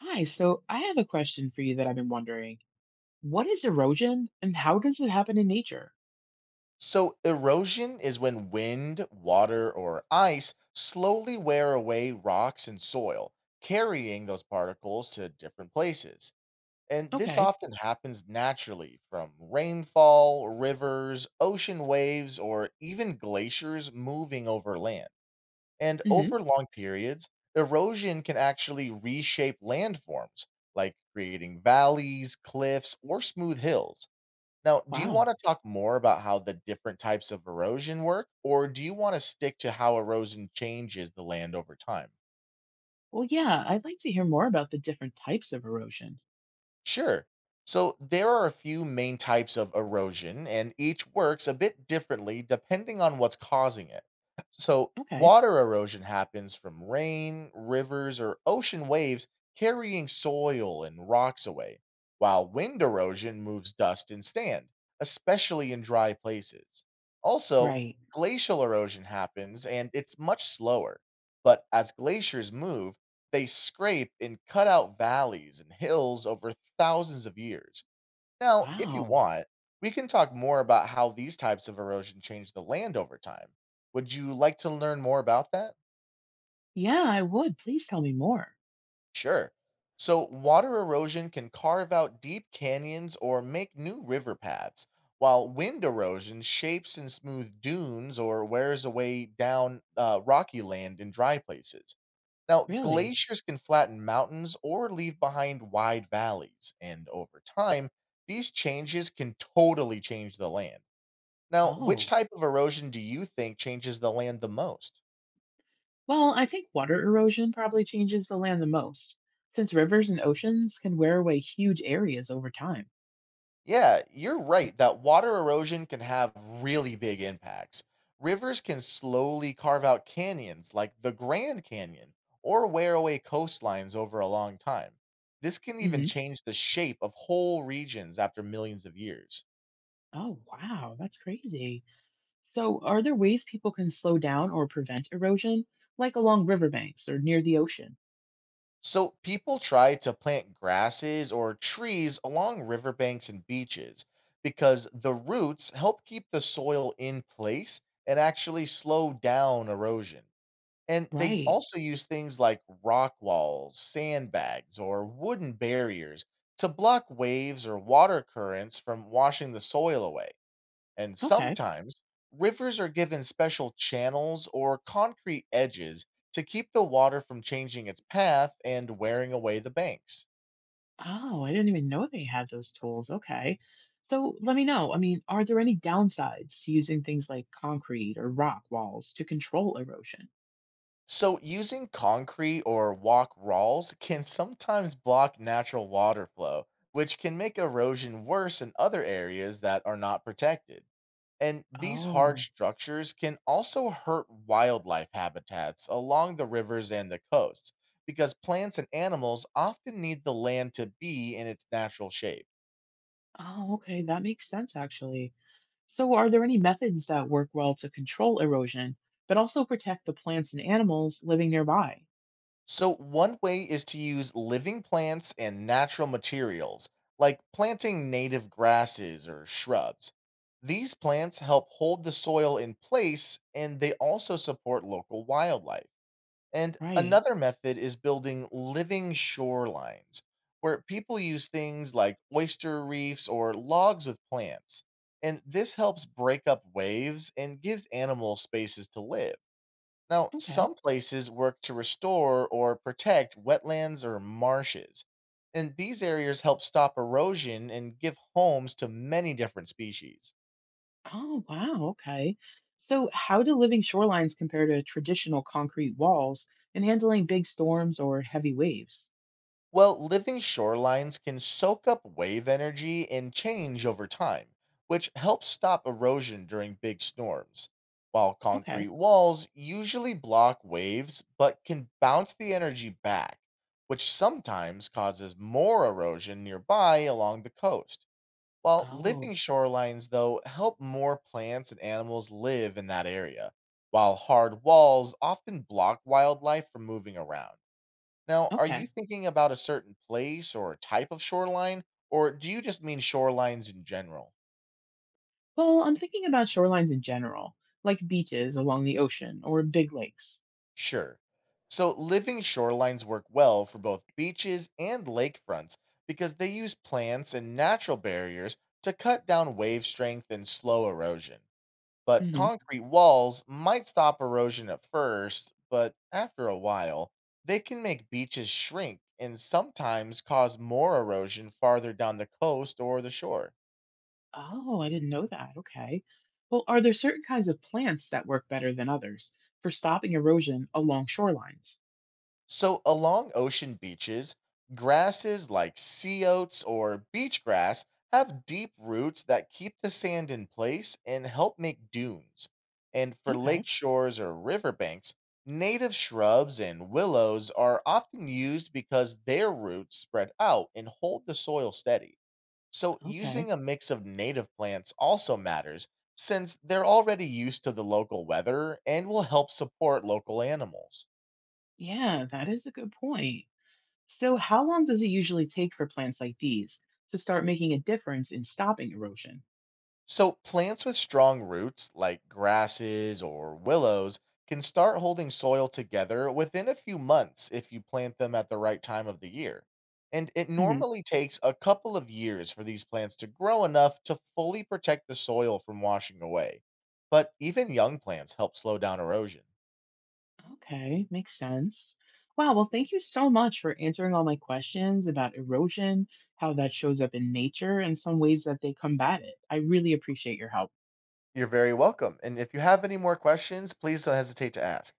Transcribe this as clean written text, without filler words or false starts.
Hi, so I have a question for you that I've been wondering. What is erosion and how does it happen in nature? So, erosion is when wind, water, or ice slowly wear away rocks and soil, carrying those particles to different places. And this Okay. often happens naturally from rainfall, rivers, ocean waves, or even glaciers moving over land. And Hmm. over long periods, erosion can actually reshape landforms, like creating valleys, cliffs, or smooth hills. Now, do you Wow. wanna talk more about how the different types of erosion work, or do you wanna stick to how erosion changes the land over time? Well, yeah, I'd like to hear more about the different types of erosion. Sure. So there are a few main types of erosion, and each works a bit differently depending on what's causing it. So Okay. water erosion happens from rain, rivers, or ocean waves carrying soil and rocks away, while wind erosion moves dust and sand, especially in dry places. Also, Right. glacial erosion happens and it's much slower. But as glaciers move, they scrape and cut out valleys and hills over thousands of years. Now, if you Wow. want, we can talk more about how these types of erosion change the land over time. Would you like to learn more about that? Yeah, I would. Please tell me more. Sure. So, water erosion can carve out deep canyons or make new river paths, while wind erosion shapes and smooths dunes or wears away down rocky land in dry places. Now, Really? glaciers can flatten mountains or leave behind wide valleys, and over time, these changes can totally change the land. Now, which Oh. type of erosion do you think changes the land the most? Well, I think water erosion probably changes the land the most, since rivers and oceans can wear away huge areas over time. Yeah, you're right that water erosion can have really big impacts. Rivers can slowly carve out canyons like the Grand Canyon or wear away coastlines over a long time. This can even Hmm. change the shape of whole regions after millions of years. Oh, wow. That's crazy. So, are there ways people can slow down or prevent erosion, like along riverbanks or near the ocean? So people try to plant grasses or trees along riverbanks and beaches because the roots help keep the soil in place and actually slow down erosion. And they Right. also use things like rock walls, sandbags, or wooden barriers to block waves or water currents from washing the soil away. And Okay. sometimes rivers are given special channels or concrete edges to keep the water from changing its path and wearing away the banks. Oh, I didn't even know they had those tools. Okay. So, let me know. I mean, are there any downsides to using things like concrete or rock walls to control erosion? So, using concrete or walk walls can sometimes block natural water flow, which can make erosion worse in other areas that are not protected. And these hard Oh, structures can also hurt wildlife habitats along the rivers and the coasts because plants and animals often need the land to be in its natural shape. oh, okay. That makes sense, actually. So, are there any methods that work well to control erosion, but also protect the plants and animals living nearby? So, one way is to use living plants and natural materials, like planting native grasses or shrubs. These plants help hold the soil in place and they also support local wildlife. And Right. another method is building living shorelines, where people use things like oyster reefs or logs with plants. And this helps break up waves and gives animals spaces to live. Now, Okay. some places work to restore or protect wetlands or marshes. And these areas help stop erosion and give homes to many different species. Oh, wow. Okay. So, how do living shorelines compare to traditional concrete walls in handling big storms or heavy waves? Well, living shorelines can soak up wave energy and change over time, which helps stop erosion during big storms. While Okay. concrete walls usually block waves but can bounce the energy back, which sometimes causes more erosion nearby along the coast. While Oh, living shorelines, though, help more plants and animals live in that area, while hard walls often block wildlife from moving around. Now, are you okay. thinking about a certain place or type of shoreline, or do you just mean shorelines in general? Well, I'm thinking about shorelines in general, like beaches along the ocean or big lakes. Sure. So, living shorelines work well for both beaches and lakefronts because they use plants and natural barriers to cut down wave strength and slow erosion. But Hmm. concrete walls might stop erosion at first, but after a while, they can make beaches shrink and sometimes cause more erosion farther down the coast or the shore. Oh, I didn't know that. Okay. Well, are there certain kinds of plants that work better than others for stopping erosion along shorelines? So, along ocean beaches, grasses like sea oats or beach grass have deep roots that keep the sand in place and help make dunes. And for Okay. lake shores or riverbanks, native shrubs and willows are often used because their roots spread out and hold the soil steady. So, Okay. using a mix of native plants also matters since they're already used to the local weather and will help support local animals. Yeah, that is a good point. So, how long does it usually take for plants like these to start making a difference in stopping erosion? So, plants with strong roots, like grasses or willows, can start holding soil together within a few months if you plant them at the right time of the year. And it Hmm. normally takes a couple of years for these plants to grow enough to fully protect the soil from washing away. But even young plants help slow down erosion. Okay, makes sense. Wow, well, thank you so much for answering all my questions about erosion, how that shows up in nature, and some ways that they combat it. I really appreciate your help. You're very welcome. And if you have any more questions, please don't hesitate to ask.